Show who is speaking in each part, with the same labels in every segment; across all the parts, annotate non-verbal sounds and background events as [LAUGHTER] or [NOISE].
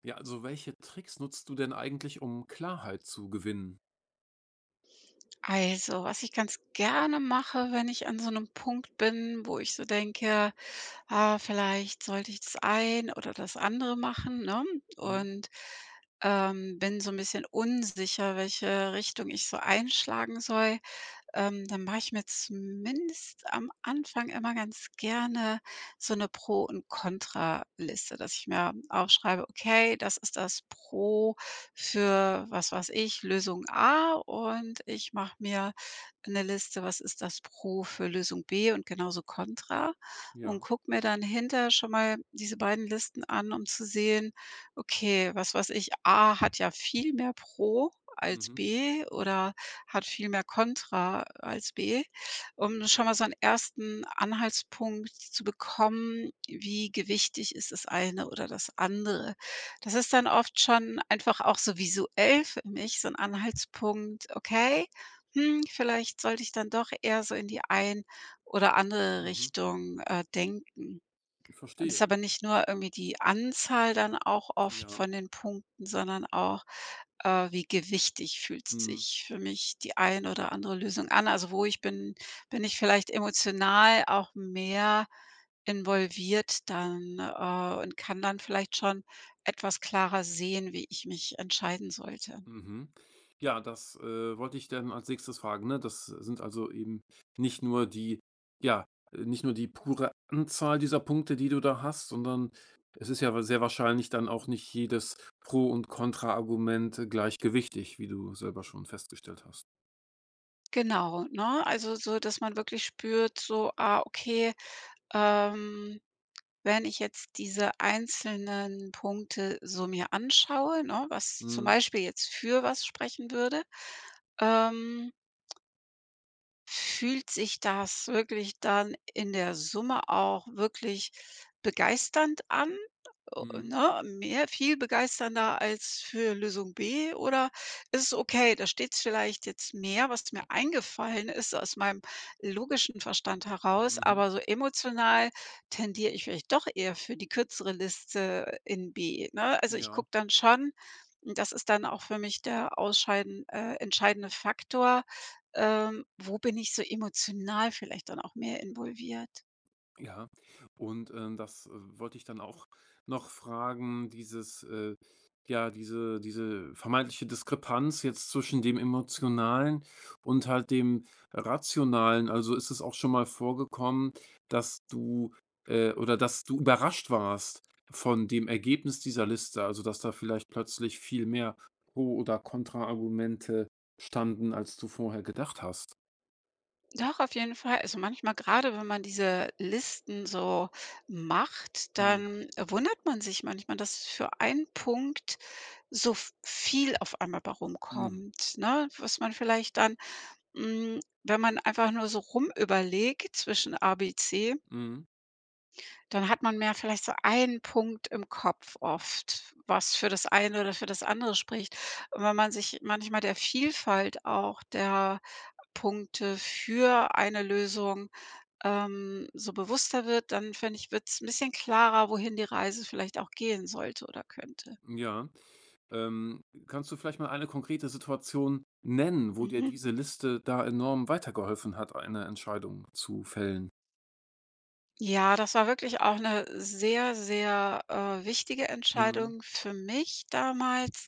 Speaker 1: Ja, also welche Tricks nutzt du denn eigentlich, um Klarheit zu gewinnen?
Speaker 2: Also, was ich ganz gerne mache, wenn ich an so einem Punkt bin, wo ich so denke: „Ah, vielleicht sollte ich das ein oder das andere machen“, ne?
Speaker 1: Mhm.
Speaker 2: Und, bin so ein bisschen unsicher, welche Richtung ich so einschlagen soll. Dann mache ich mir zumindest am Anfang immer ganz gerne so eine Pro und Kontraliste, dass ich mir aufschreibe: „Okay, das ist das Pro für was weiß ich, Lösung A“, und ich mache mir eine Liste, was ist das Pro für Lösung B und genauso Kontra, und
Speaker 1: Ja.
Speaker 2: gucke mir dann hinter schon mal diese beiden Listen an, um zu sehen, okay, was weiß ich, A hat ja viel mehr Pro als
Speaker 1: Mhm.
Speaker 2: B oder hat viel mehr Kontra als B, um schon mal so einen ersten Anhaltspunkt zu bekommen, wie gewichtig ist das eine oder das andere. Das ist dann oft schon einfach auch so visuell für mich so ein Anhaltspunkt: „Okay, hm, vielleicht sollte ich dann doch eher so in die ein oder andere
Speaker 1: Mhm.
Speaker 2: Richtung, denken.“
Speaker 1: Ich
Speaker 2: Und ist
Speaker 1: verstehe.
Speaker 2: aber nicht nur irgendwie die Anzahl dann auch oft
Speaker 1: Ja.
Speaker 2: von den Punkten, sondern auch, wie gewichtig fühlt
Speaker 1: Mhm.
Speaker 2: sich für mich die ein oder andere Lösung an? Also, wo ich bin bin ich vielleicht emotional auch mehr involviert dann, und kann dann vielleicht schon etwas klarer sehen, wie ich mich entscheiden sollte.
Speaker 1: Mhm. Ja, das, wollte ich dann als Nächstes fragen, ne? Das sind also eben nicht nur die ja, nicht nur die pure Anzahl dieser Punkte, die du da hast, sondern es ist ja wa sehr wahrscheinlich dann auch nicht jedes Pro und Kontraargument gleich gewichtig, wie du selber schon festgestellt hast.
Speaker 2: Genau, ne? Also, so, dass man wirklich spürt so: „Ah, okay, ähm“ wenn ich jetzt diese einzelnen Punkte so mir anschaue, ne, was zum
Speaker 1: Mhm.
Speaker 2: Beispiel jetzt für was sprechen würde, ähm fühlt sich das wirklich dann in der Summe auch wirklich begeisternd an?
Speaker 1: Mhm.
Speaker 2: Ne, mehr viel begeisternder als für Lösung B, oder ist es okay, da steht vielleicht jetzt mehr, was mir eingefallen ist aus meinem logischen Verstand heraus,
Speaker 1: Mhm.
Speaker 2: aber so emotional tendiere ich vielleicht doch eher für die kürzere Liste in B, ne? Also, ich
Speaker 1: Ja.
Speaker 2: gucke dann schon, und das ist dann auch für mich der ausscheiden entscheidende Faktor, wo bin ich so emotional vielleicht dann auch mehr involviert?
Speaker 1: Ja, und, das, wollte ich dann auch noch fragen, dieses, ja, diese vermeintliche Diskrepanz jetzt zwischen dem Emotionalen und halt dem Rationalen. Also, ist es auch schon mal vorgekommen, dass du, oder dass du überrascht warst von dem Ergebnis dieser Liste? Also, dass da vielleicht plötzlich viel mehr Pro oder kontra Argumente standen, als du vorher gedacht hast?
Speaker 2: Doch, auf jeden Fall. Also manchmal, gerade wenn man diese Listen so macht,
Speaker 1: Mhm,
Speaker 2: dann wundert man sich manchmal, dass für einen Punkt so v viel auf einmal bei
Speaker 1: mhm,
Speaker 2: rumkommt, ne? Was man vielleicht dann, hm, wenn man einfach nur so rumüberlegt zwischen A, B, C,
Speaker 1: mhm,
Speaker 2: dann hat man mehr vielleicht so einen Punkt im Kopf oft, was für das eine oder für das andere spricht. Und wenn man sich manchmal der Vielfalt auch der Punkte für eine Lösung, so bewusster wird, dann finde ich, wird es ein bisschen klarer, wohin die Reise vielleicht auch gehen sollte oder könnte.
Speaker 1: ja. Kannst du vielleicht mal eine konkrete Situation nennen, wo dir
Speaker 2: Mhm.
Speaker 1: diese Liste da enorm weitergeholfen hat, eine Entscheidung zu fällen?
Speaker 2: Ja, das war wirklich auch eine sehr, sehr, wichtige
Speaker 1: Mhm.
Speaker 2: Entscheidung für mich damals.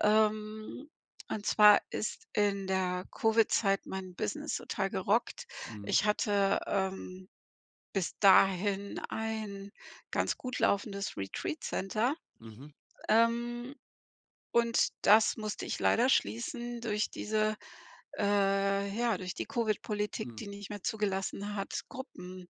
Speaker 2: Ähm, und zwar ist in der Covid-Zeit mein Business total gerockt.
Speaker 1: Mhm.
Speaker 2: Ich hatte bis dahin ein ganz gut laufendes Retreat Center,
Speaker 1: Mhm.
Speaker 2: ähm, und das musste ich leider schließen durch diese ja, durch die Covid-Politik,
Speaker 1: Mhm.
Speaker 2: die nicht mehr zugelassen hat, Gruppen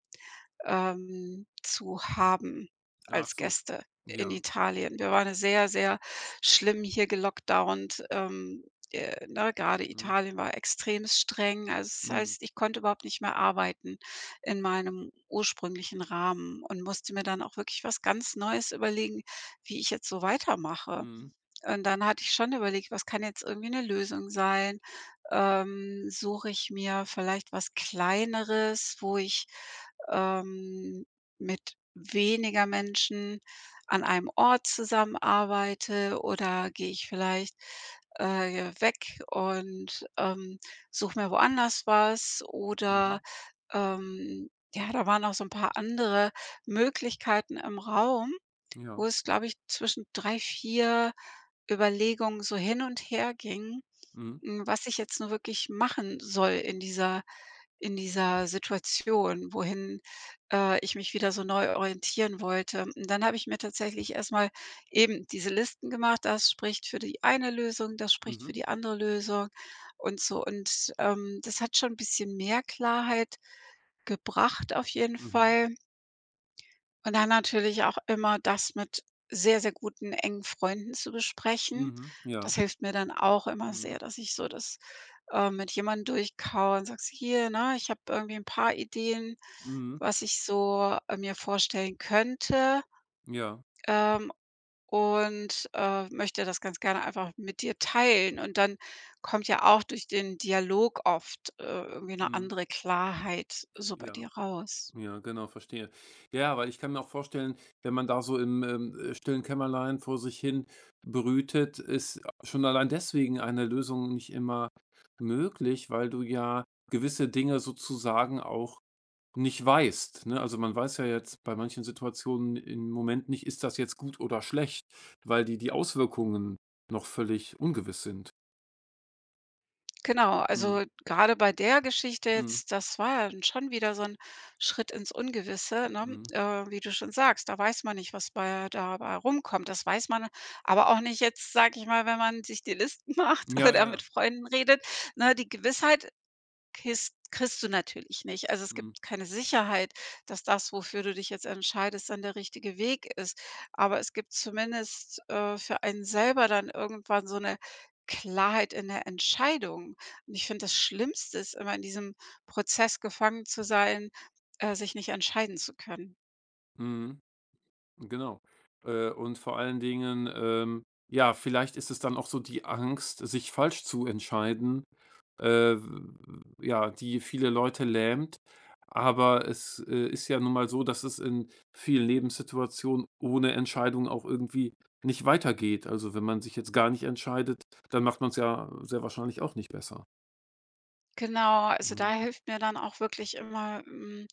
Speaker 2: ähm, zu haben
Speaker 1: Ach
Speaker 2: als
Speaker 1: so.
Speaker 2: Gäste in
Speaker 1: Ja.
Speaker 2: Italien. Wir waren ja sehr, sehr schlimm hier gelockdownt. Ne, grade
Speaker 1: Mhm.
Speaker 2: Italien war extrem streng. Also, das
Speaker 1: Mhm.
Speaker 2: heißt, ich konnte überhaupt nicht mehr arbeiten in meinem ursprünglichen Rahmen und musste mir dann auch wirklich was ganz Neues überlegen, wie ich jetzt so weitermache.
Speaker 1: Mhm.
Speaker 2: Und dann hatte ich schon überlegt, was kann jetzt irgendwie 'ne Lösung sein? Suche ich mir vielleicht was Kleineres, wo ich, ähm, mit weniger Menschen an einem Ort zusammenarbeite, oder gehe ich vielleicht, weg und, suche mir woanders was,
Speaker 1: Mhm.
Speaker 2: oder, ähm ja, da waren auch so 'n paar andere Möglichkeiten im Raum,
Speaker 1: Ja.
Speaker 2: wo es, glaube ich, zwischen 3 4 Überlegungen so hin und her ging,
Speaker 1: Mhm.
Speaker 2: hm, was ich jetzt nur wirklich machen soll in dieser Situation, wohin, ich mich wieder so neu orientieren wollte. Und dann habe ich mir tatsächlich erst mal eben diese Listen gemacht. Das spricht für die eine Lösung, das spricht für
Speaker 1: Mhm.
Speaker 2: die andere Lösung und so. Und das hat schon ein bisschen mehr Klarheit gebracht auf jeden
Speaker 1: Mhm.
Speaker 2: Fall. Und dann natürlich auch immer das mit sehr, sehr guten, engen Freunden zu besprechen.
Speaker 1: Mhm.
Speaker 2: Das
Speaker 1: Ja.
Speaker 2: hilft mir dann auch immer sehr,
Speaker 1: Mhm.
Speaker 2: dass ich so das, mit jemandem durchkaue und sagst: „Hier, ne, ich habe irgendwie ein paar Ideen,
Speaker 1: Mhm.
Speaker 2: was ich so, mir vorstellen könnte,
Speaker 1: Ja.
Speaker 2: ähm, und möchte das ganz gerne einfach mit dir teilen.“ Und dann kommt ja auch durch den Dialog oft, irgendwie eine
Speaker 1: Mhm.
Speaker 2: andere Klarheit so bei
Speaker 1: Ja.
Speaker 2: dir raus.
Speaker 1: Ja, genau, verstehe. Ja, weil ich kann mir auch vorstellen, wenn man da so im, stillen Kämmerlein vor sich hin brütet, ist schon allein deswegen eine Lösung nicht immer möglich, weil du ja gewisse Dinge sozusagen auch nicht weißt, ne? Also, man weiß ja jetzt bei manchen Situationen im Moment nicht, ist das jetzt gut oder schlecht, weil die Auswirkungen noch völlig ungewiss sind.
Speaker 2: Genau,
Speaker 1: Mhm,
Speaker 2: also gerade bei der Geschichte
Speaker 1: mhm,
Speaker 2: jetzt, das war ja dann schon wieder so 'n Schritt ins Ungewisse, ne?
Speaker 1: mhm.
Speaker 2: Wie du schon sagst, da weiß man nicht, was bei dabei rumkommt. Das weiß man aber auch nicht jetzt, sage ich mal, wenn man sich die Listen [LAUGHS] macht
Speaker 1: Ja, ja,
Speaker 2: oder mit
Speaker 1: ja.
Speaker 2: Freunden redet, ne? Die Gewissheit Kist kriegst du natürlich nicht. Also, es
Speaker 1: Mhm,
Speaker 2: gibt keine Sicherheit, dass das, wofür du dich jetzt entscheidest, dann der richtige Weg ist. Aber es gibt zumindest, für einen selber dann irgendwann so eine Klarheit in der Entscheidung. Und ich finde, das Schlimmste ist immer, in diesem Prozess gefangen zu sein, sich nicht entscheiden zu können.
Speaker 1: mhm. Genau. Und vor allen Dingen, ja, vielleicht ist es dann auch so die Angst, sich falsch zu entscheiden, äh, ja, die viele Leute lähmt. Aber es ist ja nun mal so, dass es in vielen Lebenssituationen ohne Entscheidung auch irgendwie nicht weitergeht. Also wenn man sich jetzt gar nicht entscheidet, dann macht man es ja sehr wahrscheinlich auch nicht besser.
Speaker 2: Genau, also
Speaker 1: Mhm.
Speaker 2: da hilft mir dann auch wirklich immer, hm,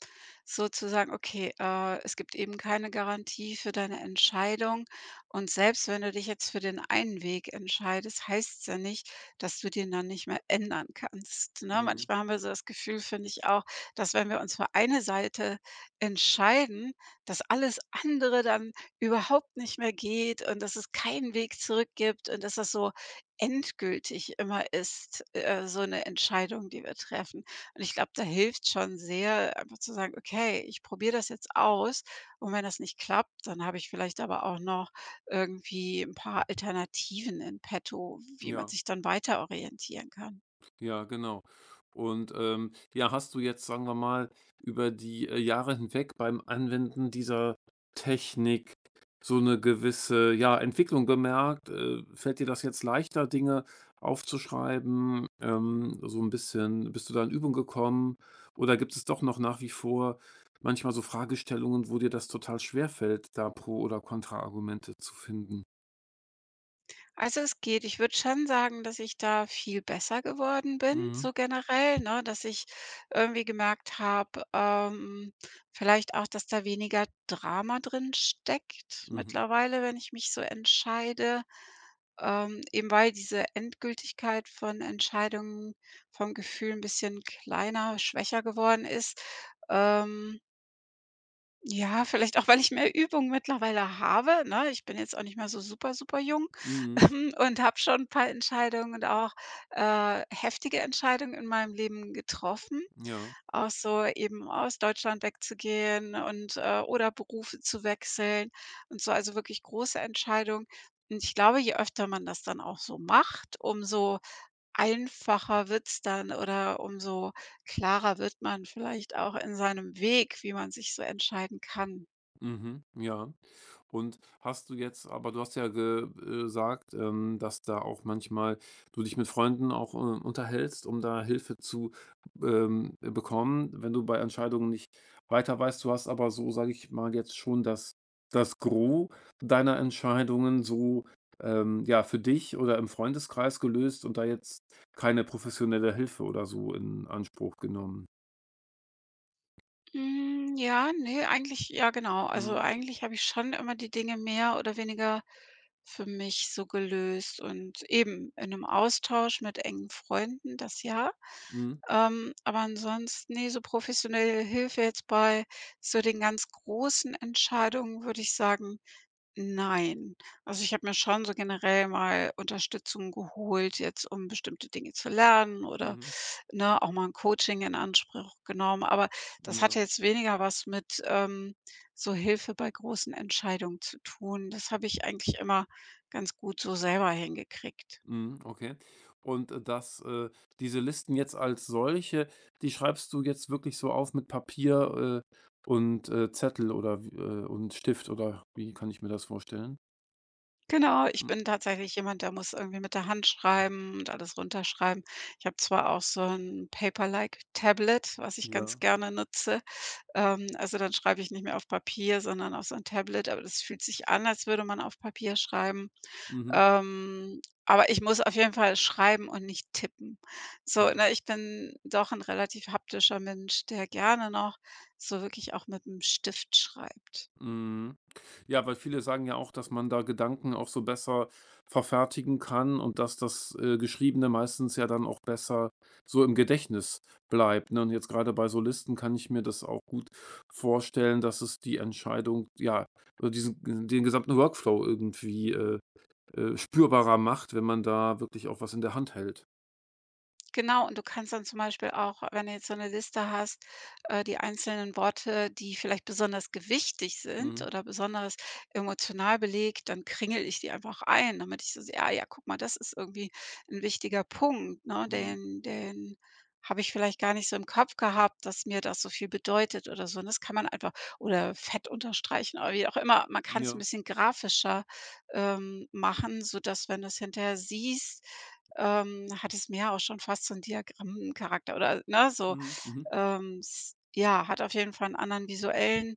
Speaker 2: so zu sagen: „Okay, es gibt eben keine Garantie für deine Entscheidung, und selbst wenn du dich jetzt für den einen Weg entscheidest, heißt es ja nicht, dass du den dann nicht mehr ändern kannst“, ne?
Speaker 1: Mhm.
Speaker 2: Manchmal haben wir so das Gefühl, finde ich auch, dass wenn wir uns für eine Seite entscheiden, dass alles andere dann überhaupt nicht mehr geht und dass es keinen Weg zurück gibt und dass das so endgültig immer ist, so eine Entscheidung, die wir treffen. Und ich glaube, da hilft schon sehr, einfach zu sagen: „Okay, ich probiere das jetzt aus, und wenn das nicht klappt, dann habe ich vielleicht aber auch noch irgendwie ein paar Alternativen in petto, wie man
Speaker 1: Ja.
Speaker 2: sich dann weiter orientieren kann.“
Speaker 1: Ja, genau. Und, ja, hast du jetzt, sagen wir mal, über die, Jahre hinweg beim Anwenden dieser Technik so eine gewisse, ja, Entwicklung gemerkt? Fällt dir das jetzt leichter, Dinge aufzuschreiben? So ein bisschen bist du da in Übung gekommen? Oder gibt es doch noch nach wie vor manchmal so Fragestellungen, wo dir das total schwer fällt, da Pro oder Kontraargumente zu finden?
Speaker 2: Also, es geht. Ich würde schon sagen, dass ich da viel besser geworden bin,
Speaker 1: Mhm.
Speaker 2: so generell, ne, dass ich irgendwie gemerkt habe, vielleicht auch, dass da weniger Drama drin steckt
Speaker 1: Mhm.
Speaker 2: mittlerweile, wenn ich mich so entscheide, eben weil diese Endgültigkeit von Entscheidungen vom Gefühl ein bisschen kleiner, schwächer geworden ist. Ähm ja, vielleicht auch, weil ich mehr Übung mittlerweile habe, ne? Ich bin jetzt auch nicht mehr so super, super jung,
Speaker 1: Mhm.
Speaker 2: [LAUGHS] und habe schon 'n paar Entscheidungen und auch, heftige Entscheidungen in meinem Leben getroffen.
Speaker 1: Ja.
Speaker 2: Auch so eben aus Deutschland wegzugehen und, oder Berufe zu wechseln und so, also wirklich große Entscheidungen. Und ich glaube, je öfter man das dann auch so macht, umso einfacher wird's dann, oder umso klarer wird man vielleicht auch in seinem Weg, wie man sich so entscheiden kann.
Speaker 1: Mhm. Ja. Und hast du jetzt aber du hast ja ge gesagt, dass da auch manchmal du dich mit Freunden auch, unterhältst, um da Hilfe zu, bekommen, wenn du bei Entscheidungen nicht weiter weißt. Du hast aber so, sage ich mal, jetzt schon das Gros deiner Entscheidungen so, ja, für dich oder im Freundeskreis gelöst und da jetzt keine professionelle Hilfe oder so in Anspruch genommen.
Speaker 2: Hm, ja, ne, eigentlich ja genau. Also,
Speaker 1: Mhm,
Speaker 2: eigentlich habe ich schon immer die Dinge mehr oder weniger für mich so gelöst und eben in 'nem Austausch mit engen Freunden, das ja.
Speaker 1: mhm,
Speaker 2: Aber ansonsten, ne, so professionelle Hilfe jetzt bei so den ganz großen Entscheidungen, würde ich sagen nein. Also, ich habe mir schon so generell mal Unterstützung geholt, jetzt um bestimmte Dinge zu lernen, oder,
Speaker 1: mhm,
Speaker 2: ne, auch mal ein Coaching in Anspruch genommen. Aber das
Speaker 1: ja.
Speaker 2: hatte jetzt weniger was mit, so Hilfe bei großen Entscheidungen zu tun. Das habe ich eigentlich immer ganz gut so selber hingekriegt.
Speaker 1: Mhm, okay. Und, das diese Listen jetzt als solche, die schreibst du jetzt wirklich so auf mit Papier, und, Zettel oder w und Stift oder wie kann ich mir das vorstellen?
Speaker 2: Genau, ich
Speaker 1: Hm,
Speaker 2: bin tatsächlich jemand, der muss irgendwie mit der Hand schreiben und alles runterschreiben. Ich habe zwar auch so ein Paper-like Tablet, was ich ganz
Speaker 1: ja.
Speaker 2: gerne nutze. Also, dann schreibe ich nicht mehr auf Papier, sondern auf so ein Tablet, aber das fühlt sich an, als würde man auf Papier schreiben.
Speaker 1: Mhm.
Speaker 2: Aber ich muss auf jeden Fall schreiben und nicht tippen. So,
Speaker 1: Ja.
Speaker 2: ne, ich bin doch ein relativ haptischer Mensch, der gerne noch so wirklich auch mit dem Stift schreibt.
Speaker 1: Mhm. Ja, weil viele sagen ja auch, dass man da Gedanken auch so besser verfertigen kann und dass das, Geschriebene meistens ja dann auch besser so im Gedächtnis bleibt, ne? Und jetzt gerade bei Solisten kann ich mir das auch gut vorstellen, dass es die Entscheidung, ja, oder diesen den gesamten Workflow irgendwie, spürbarer macht, wenn man da wirklich auch was in der Hand hält.
Speaker 2: Genau, und du kannst dann zum Beispiel auch, wenn du jetzt so eine Liste hast, die einzelnen Worte, die vielleicht besonders gewichtig sind
Speaker 1: Mhm,
Speaker 2: oder besonders emotional belegt, dann kringel ich die einfach ein, damit ich so sehe: „Ah ja, guck mal, das ist irgendwie ein wichtiger Punkt, ne?
Speaker 1: mhm,
Speaker 2: Den habe ich vielleicht gar nicht so im Kopf gehabt, dass mir das so viel bedeutet oder so.“ Und das kann man einfach oder fett unterstreichen oder wie auch immer. Man kann es ein
Speaker 1: ja,
Speaker 2: bisschen grafischer, machen, sodass, wenn du es hinterher siehst, hat es mehr auch schon fast so 'n Diagrammcharakter, oder, ne, so,
Speaker 1: mhm, mhm.
Speaker 2: s ja, hat auf jeden Fall 'n anderen visuellen,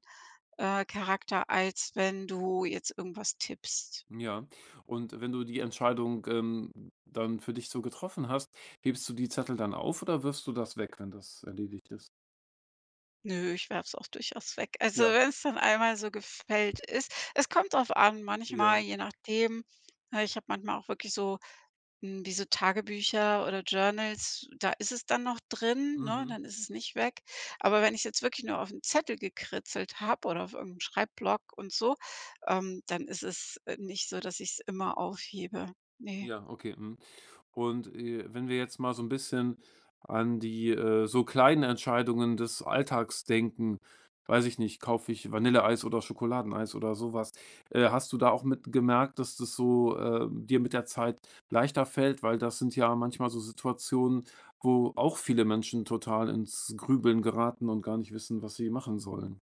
Speaker 2: Charakter, als wenn du jetzt irgendwas tippst.
Speaker 1: Ja, und wenn du die Entscheidung, dann für dich so getroffen hast, hebst du die Zettel dann auf oder wirfst du das weg, wenn das erledigt ist?
Speaker 2: Nö, ich werfe es auch durchaus weg. Also,
Speaker 1: Ja,
Speaker 2: wenn's dann einmal so gefällt ist, es kommt drauf an, manchmal,
Speaker 1: ja.
Speaker 2: je nachdem, ne, ich habe manchmal auch wirklich so, hm, wie so Tagebücher oder Journals, da ist es dann noch drin, ne?
Speaker 1: Mhm.
Speaker 2: Dann ist es nicht weg. Aber wenn ich's jetzt wirklich nur auf 'n Zettel gekritzelt habe oder auf irgend 'n Schreibblock und so, dann ist es, nicht so, dass ich's immer aufhebe. Ne.
Speaker 1: Ja, okay, mhm. Und, wenn wir jetzt mal so ein bisschen an die, so kleinen Entscheidungen des Alltags denken, weiß ich nicht, kaufe ich Vanilleeis oder Schokoladeneis oder sowas? Hast du da auch mit gemerkt, dass das so, dir mit der Zeit leichter fällt? Weil das sind ja manchmal so Situationen, wo auch viele Menschen total ins Grübeln geraten und gar nicht wissen, was sie machen sollen.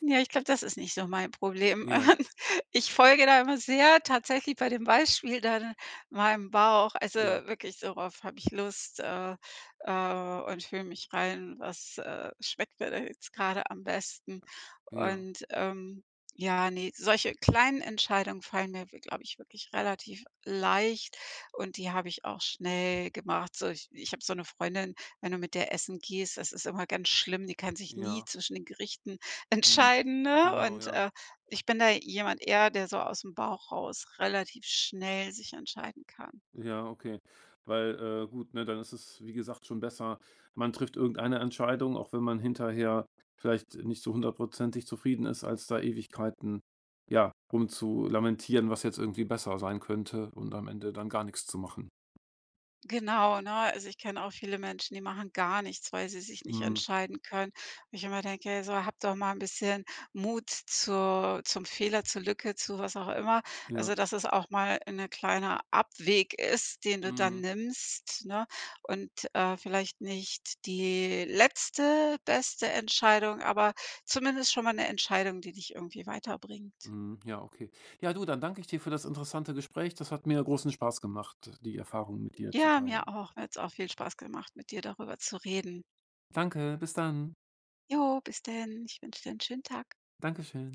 Speaker 2: Ja, ich glaube, das ist nicht so mein Problem.
Speaker 1: Ja,
Speaker 2: [LAUGHS] Ich folge da immer sehr tatsächlich bei dem Beispiel dann meinem Bauch. Also,
Speaker 1: ja,
Speaker 2: wirklich, worauf habe ich Lust, und fühle mich rein, was, schmeckt mir da jetzt gerade am besten.
Speaker 1: ja,
Speaker 2: Und ja, ne, solche kleinen Entscheidungen fallen mir, glaube ich, wirklich relativ leicht, und die habe ich auch schnell gemacht. So, ich habe so eine Freundin, wenn du mit der essen gehst, das ist immer ganz schlimm, die kann sich nie
Speaker 1: ja.
Speaker 2: zwischen den Gerichten
Speaker 1: Mhm.
Speaker 2: entscheiden, ne?
Speaker 1: Genau,
Speaker 2: Und,
Speaker 1: ja.
Speaker 2: ich bin da jemand eher, der so aus dem Bauch raus relativ schnell sich entscheiden kann.
Speaker 1: Ja, okay. Weil, gut, ne, dann ist es, wie gesagt, schon besser, man trifft irgendeine Entscheidung, auch wenn man hinterher vielleicht nicht so hundertprozentig zufrieden ist, als da Ewigkeiten, ja, rum zu lamentieren, was jetzt irgendwie besser sein könnte und am Ende dann gar nichts zu machen.
Speaker 2: Genau, ne? Also, ich kenne auch viele Menschen, die machen gar nichts, weil sie sich nicht
Speaker 1: Mhm,
Speaker 2: entscheiden können. Wo ich immer denke: „Ey, so habt doch mal ein bisschen Mut zur zum Fehler, zur Lücke, zu was auch immer.“
Speaker 1: ja.
Speaker 2: Also, dass es auch mal 'ne kleiner Abweg ist, den du dann
Speaker 1: Mhm,
Speaker 2: nimmst, ne? Und, vielleicht nicht die letzte beste Entscheidung, aber zumindest schon mal eine Entscheidung, die dich irgendwie weiterbringt.
Speaker 1: mhm, ja, okay. Ja, du, dann danke ich dir für das interessante Gespräch. Das hat mir großen Spaß gemacht, die Erfahrungen mit dir zu
Speaker 2: Ja,
Speaker 1: teilen.
Speaker 2: mir auch. Mir hat es auch viel Spaß gemacht, mit dir darüber zu reden.
Speaker 1: Danke, bis dann.
Speaker 2: Jo, bis denn. Ich wünsche dir einen schönen Tag.
Speaker 1: Dankeschön.